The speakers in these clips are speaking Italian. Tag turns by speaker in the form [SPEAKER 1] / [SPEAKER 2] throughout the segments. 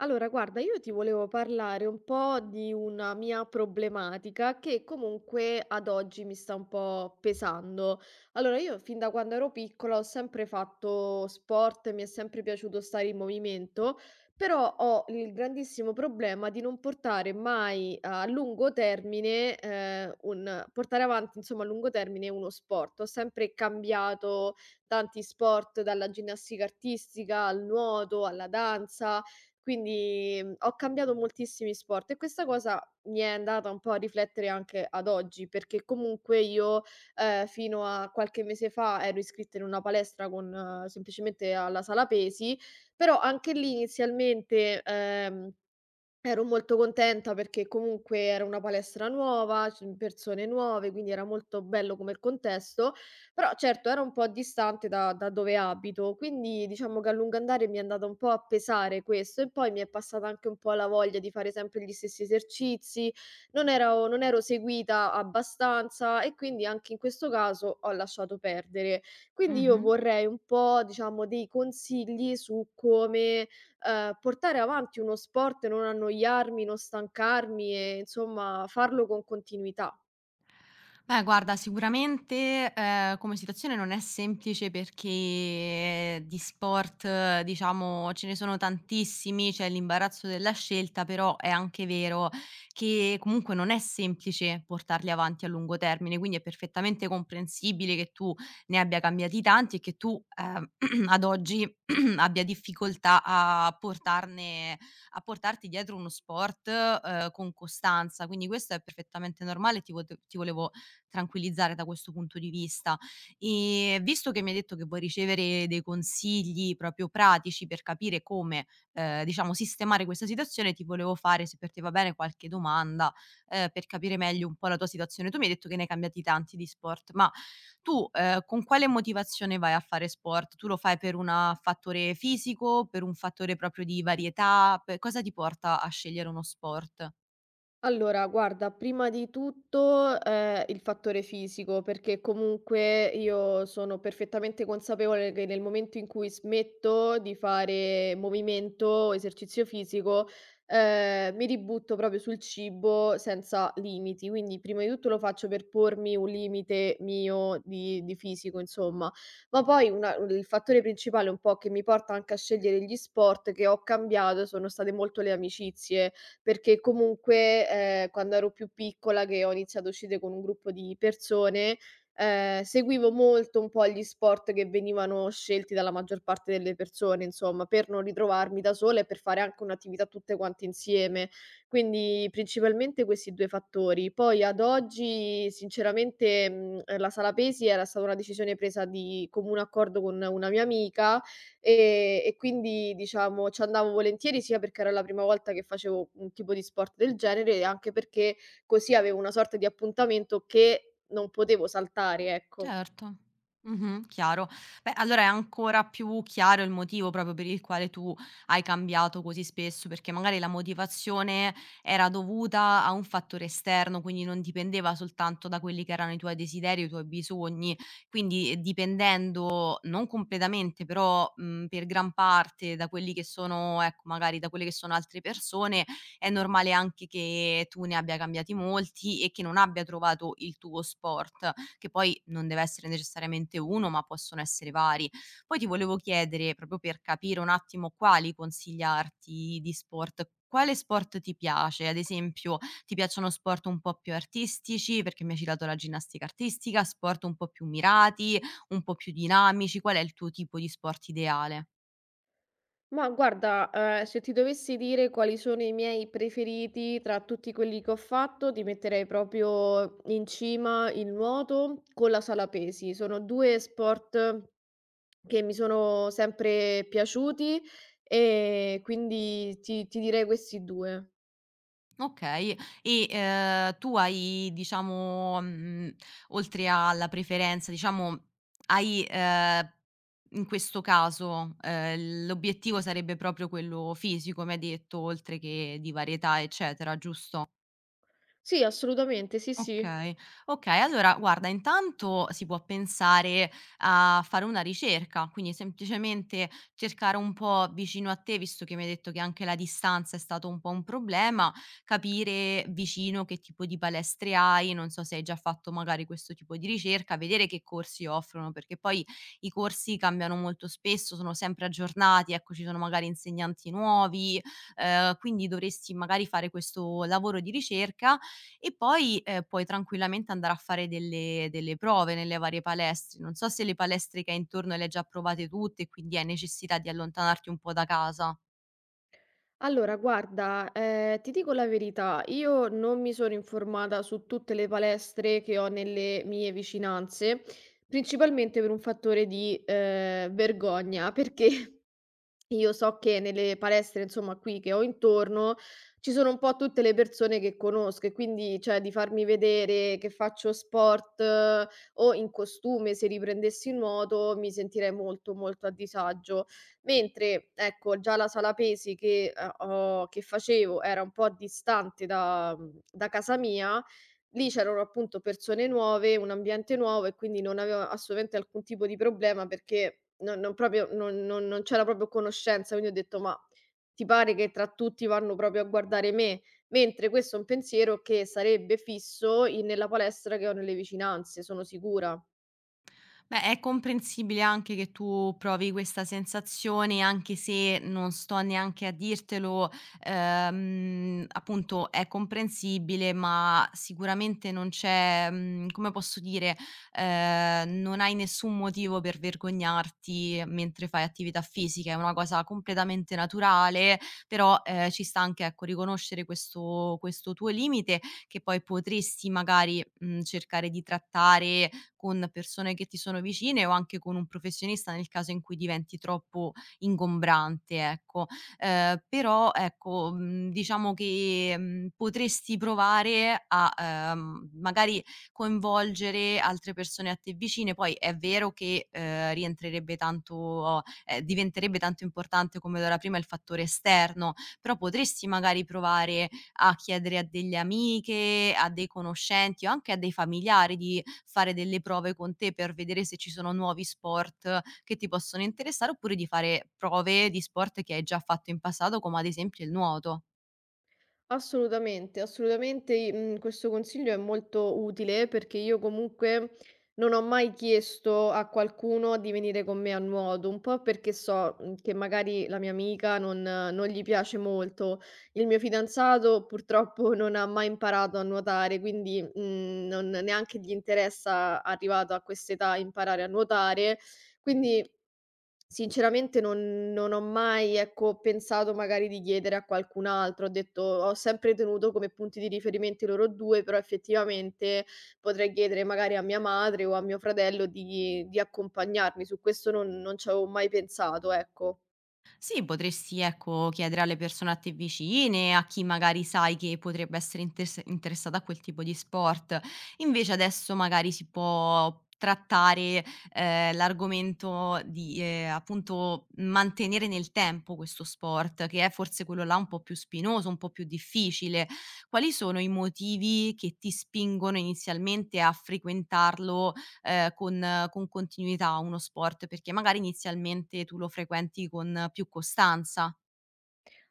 [SPEAKER 1] Allora, guarda, io ti volevo parlare un po' di una mia problematica che comunque ad oggi mi sta un po' pesando. Allora, io fin da quando ero piccola ho sempre fatto sport, mi è sempre piaciuto stare in movimento, però ho il grandissimo problema di non portare mai a lungo termine, portare avanti, insomma, a lungo termine uno sport. Ho sempre cambiato tanti sport, dalla ginnastica artistica al nuoto, alla danza. Quindi, ho cambiato moltissimi sport e questa cosa mi è andata un po' a riflettere anche ad oggi, perché comunque io, fino a qualche mese fa ero iscritta in una palestra con semplicemente alla sala pesi, però anche lì inizialmente, ero molto contenta perché comunque era una palestra nuova, c persone nuove, quindi era molto bello come il contesto, però certo era un po' distante da dove abito, quindi diciamo che a lungo andare mi è andata un po' a pesare questo e poi mi è passata anche un po' la voglia di fare sempre gli stessi esercizi, non ero seguita abbastanza e quindi anche in questo caso ho lasciato perdere. Quindi io
[SPEAKER 2] Mh-mh.
[SPEAKER 1] vorrei un po', diciamo, dei consigli su come portare avanti uno sport, non annoiarmi, non stancarmi e insomma farlo con continuità.
[SPEAKER 2] Beh, guarda, sicuramente, come situazione non è semplice perché di sport, diciamo, ce ne sono tantissimi, c'è l'imbarazzo della scelta, però è anche vero che comunque non è semplice portarli avanti a lungo termine, quindi è perfettamente comprensibile che tu ne abbia cambiati tanti e che tu, ad oggi abbia difficoltà a portarne a portarti dietro uno sport, con costanza. Quindi questo è perfettamente normale e ti volevo tranquillizzare da questo punto di vista. Visto che mi hai detto che vuoi ricevere dei consigli proprio pratici per capire come, diciamo sistemare questa situazione, ti volevo fare, se per te va bene, qualche domanda, per capire meglio un po' la tua situazione. Tu mi hai detto che ne hai cambiati tanti di sport, ma tu, con quale motivazione vai a fare sport? Tu lo fai per una fattore fisico, per un fattore proprio di varietà, pe cosa ti porta a scegliere uno sport?
[SPEAKER 1] Allora, guarda, prima di tutto, il fattore fisico, perché comunque io sono perfettamente consapevole che nel momento in cui smetto di fare movimento o esercizio fisico, mi ributto proprio sul cibo senza limiti. Quindi prima di tutto lo faccio per pormi un limite mio di fisico, insomma. Ma poi una il fattore principale un po' che mi porta anche a scegliere gli sport che ho cambiato sono state molto le amicizie, perché comunque, quando ero più piccola che ho iniziato a uscire con un gruppo di persone, seguivo molto un po' gli sport che venivano scelti dalla maggior parte delle persone, insomma, per non ritrovarmi da sola e per fare anche un'attività tutte quante insieme. Quindi principalmente questi 2 fattori. Poi ad oggi sinceramente, la sala pesi era stata una decisione presa di comune accordo con una mia amica. E quindi diciamo ci andavo volentieri sia perché era la prima volta che facevo un tipo di sport del genere e anche perché così avevo una sorta di appuntamento che non potevo saltare, ecco.
[SPEAKER 2] Certo. Mh-mh, chiaro. Beh, allora è ancora più chiaro il motivo proprio per il quale tu hai cambiato così spesso, perché magari la motivazione era dovuta a un fattore esterno, quindi non dipendeva soltanto da quelli che erano i tuoi desideri, i tuoi bisogni. Quindi, dipendendo non completamente, però, per gran parte da quelli che sono ecco, magari da quelle che sono altre persone, è normale anche che tu ne abbia cambiati molti e che non abbia trovato il tuo sport che poi non deve essere necessariamente uno, ma possono essere vari. Poi ti volevo chiedere, proprio per capire un attimo quali consigliarti di sport, quale sport ti piace? Ad esempio, ti piacciono sport un po' più artistici, perché mi hai citato la ginnastica artistica, sport un po' più mirati, un po' più dinamici, qual è il tuo tipo di sport ideale?
[SPEAKER 1] Ma guarda, se ti dovessi dire quali sono i miei preferiti tra tutti quelli che ho fatto, ti metterei proprio in cima il nuoto con la sala pesi. Sono 2 sport che mi sono sempre piaciuti e quindi ti direi questi 2.
[SPEAKER 2] Okay. E, tu hai diciamo, oltre alla preferenza, diciamo, hai, in questo caso, l'obiettivo sarebbe proprio quello fisico, mi hai detto, oltre che di varietà, eccetera, giusto?
[SPEAKER 1] Sì, assolutamente, sì, sì.
[SPEAKER 2] Okay, okay. Allora guarda, intanto si può pensare a fare una ricerca, quindi semplicemente cercare un po' vicino a te, visto che mi hai detto che anche la distanza è stato un po' un problema, capire vicino che tipo di palestre hai, non so se hai già fatto magari questo tipo di ricerca, vedere che corsi offrono, perché poi i corsi cambiano molto spesso, sono sempre aggiornati, ecco ci sono magari insegnanti nuovi, quindi dovresti magari fare questo lavoro di ricerca e poi, puoi tranquillamente andare a fare delle prove nelle varie palestre. Non so se le palestre che hai intorno le hai già provate tutte e quindi hai necessità di allontanarti un po' da casa.
[SPEAKER 1] Allora guarda, ti dico la verità, io non mi sono informata su tutte le palestre che ho nelle mie vicinanze, principalmente per un fattore di, vergogna, perché io so che nelle palestre, insomma, qui che ho intorno, ci sono un po' tutte le persone che conosco e quindi, cioè, di farmi vedere che faccio sport, o in costume, se riprendessi il nuoto, mi sentirei molto, molto a disagio. Mentre, ecco, già la sala pesi che, ho che facevo era un po' distante da casa mia. Lì c'erano appunto persone nuove, un ambiente nuovo e quindi non avevo assolutamente alcun tipo di problema perché non non proprio non non non c'era proprio conoscenza, quindi ho detto: "Ma ti pare che tra tutti vanno proprio a guardare me?" Mentre questo è un pensiero che sarebbe fisso in nella palestra che ho nelle vicinanze, sono sicura.
[SPEAKER 2] Beh, è comprensibile anche che tu provi questa sensazione, anche se non sto neanche a dirtelo, appunto è comprensibile, ma sicuramente non c'è, come posso dire, non hai nessun motivo per vergognarti mentre fai attività fisica, è una cosa completamente naturale, però, ci sta anche, ecco, riconoscere questo tuo limite che poi potresti magari, cercare di trattare, con persone che ti sono vicine o anche con un professionista nel caso in cui diventi troppo ingombrante, ecco. Però ecco, diciamo che, potresti provare a, magari coinvolgere altre persone a te vicine. Poi è vero che, rientrerebbe tanto diventerebbe tanto importante come lo era prima il fattore esterno, però potresti magari provare a chiedere a delle amiche, a dei conoscenti o anche a dei familiari di fare delle prove con te per vedere se ci sono nuovi sport che ti possono interessare, oppure di fare prove di sport che hai già fatto in passato, come ad esempio il nuoto.
[SPEAKER 1] Assolutamente, assolutamente, questo consiglio è molto utile perché io comunque non ho mai chiesto a qualcuno di venire con me a nuoto, un po' perché so, che magari la mia amica non gli piace molto. Il mio fidanzato purtroppo non ha mai imparato a nuotare, quindi, non neanche gli interessa, arrivato a quest'età, imparare a nuotare. Quindi sinceramente non ho mai, ecco, pensato magari di chiedere a qualcun altro. Ho detto ho sempre tenuto come punti di riferimento i loro 2, però effettivamente potrei chiedere magari a mia madre o a mio fratello di accompagnarmi. Su questo non ci avevo mai pensato, ecco.
[SPEAKER 2] Sì, potresti, ecco, chiedere alle persone a te vicine, a chi magari sai che potrebbe essere interessata a quel tipo di sport. Invece adesso magari si può trattare l'argomento di appunto mantenere nel tempo questo sport, che è forse quello là un po' più spinoso, un po' più difficile. Quali sono i motivi che ti spingono inizialmente a frequentarlo con continuità uno sport, perché magari inizialmente tu lo frequenti con più costanza.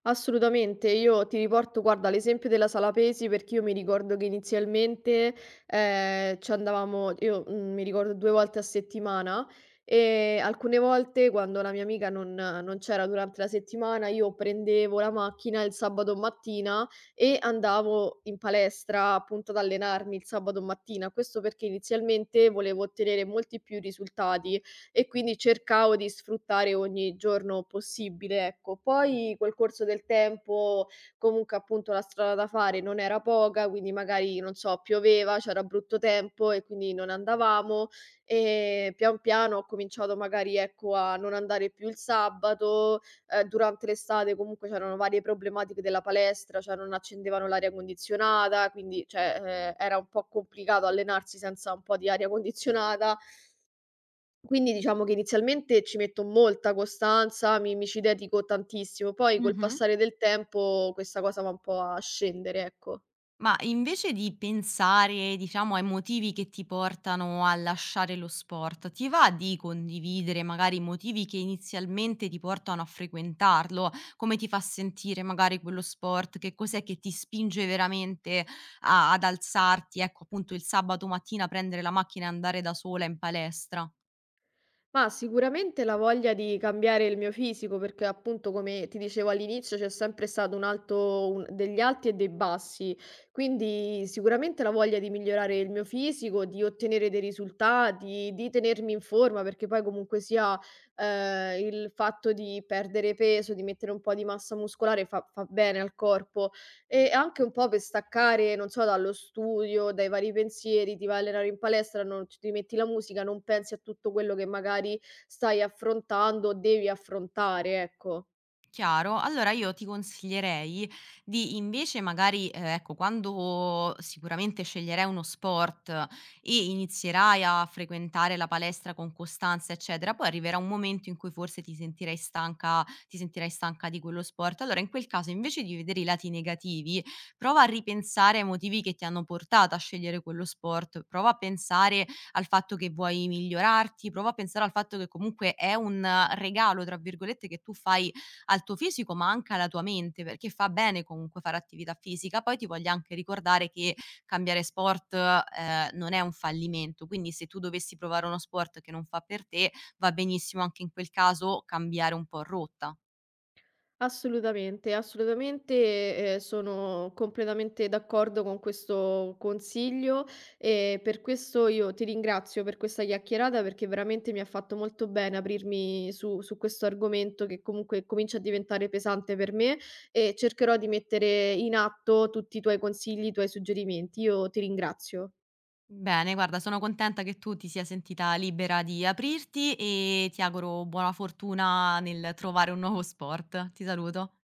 [SPEAKER 1] Assolutamente, io ti riporto, guarda, l'esempio della sala pesi perché io mi ricordo che inizialmente ci andavamo, io mi ricordo 2 volte a settimana e alcune volte quando la mia amica non c'era durante la settimana io prendevo la macchina il sabato mattina e andavo in palestra appunto ad allenarmi il sabato mattina, questo perché inizialmente volevo ottenere molti più risultati e quindi cercavo di sfruttare ogni giorno possibile, ecco. Poi col corso del tempo comunque appunto la strada da fare non era poca, quindi magari non so, pioveva, c'era brutto tempo e quindi non andavamo e pian piano ho cominciato magari ecco a non andare più il sabato, durante l'estate comunque c'erano varie problematiche della palestra, cioè non accendevano l'aria condizionata, quindi cioè, era un po' complicato allenarsi senza un po' di aria condizionata, quindi diciamo che inizialmente ci metto molta costanza, mi ci dedico tantissimo, poi col
[SPEAKER 2] Mh-mh.
[SPEAKER 1] passare del tempo questa cosa va un po' a scendere, ecco.
[SPEAKER 2] Ma invece di pensare, diciamo, ai motivi che ti portano a lasciare lo sport, ti va di condividere magari i motivi che inizialmente ti portano a frequentarlo? Come ti fa sentire magari quello sport? Che cos'è che ti spinge veramente a ad alzarti, ecco, appunto, il sabato mattina, prendere la macchina e andare da sola in palestra?
[SPEAKER 1] Ma sicuramente la voglia di cambiare il mio fisico, perché appunto come ti dicevo all'inizio c'è sempre stato degli alti e dei bassi, quindi sicuramente la voglia di migliorare il mio fisico, di ottenere dei risultati, di tenermi in forma, perché poi comunque sia, il fatto di perdere peso, di mettere un po' di massa muscolare fa, fa bene al corpo e anche un po' per staccare, non so, dallo studio, dai vari pensieri, ti vai a allenare in palestra, non c ti metti la musica, non pensi a tutto quello che magari stai affrontando o devi affrontare, ecco.
[SPEAKER 2] Chiaro. Allora io ti consiglierei di invece magari, ecco, quando sicuramente sceglierai uno sport e inizierai a frequentare la palestra con costanza, eccetera, poi arriverà un momento in cui forse ti sentirai stanca di quello sport. Allora in quel caso invece di vedere i lati negativi, prova a ripensare ai motivi che ti hanno portata a scegliere quello sport, prova a pensare al fatto che vuoi migliorarti, prova a pensare al fatto che comunque è un "regalo", tra virgolette, che tu fai al tuo fisico, ma anche alla tua mente, perché fa bene comunque fare attività fisica. Poi ti voglio anche ricordare che cambiare sport, non è un fallimento, quindi se tu dovessi provare uno sport che non fa per te, va benissimo anche in quel caso cambiare un po' rotta.
[SPEAKER 1] Assolutamente, assolutamente, sono completamente d'accordo con questo consiglio e per questo io ti ringrazio per questa chiacchierata, perché veramente mi ha fatto molto bene aprirmi su questo argomento che comunque comincia a diventare pesante per me e cercherò di mettere in atto tutti i tuoi consigli, i tuoi suggerimenti. Io ti ringrazio.
[SPEAKER 2] Bene, guarda, sono contenta che tu ti sia sentita libera di aprirti e ti auguro buona fortuna nel trovare un nuovo sport. Ti saluto.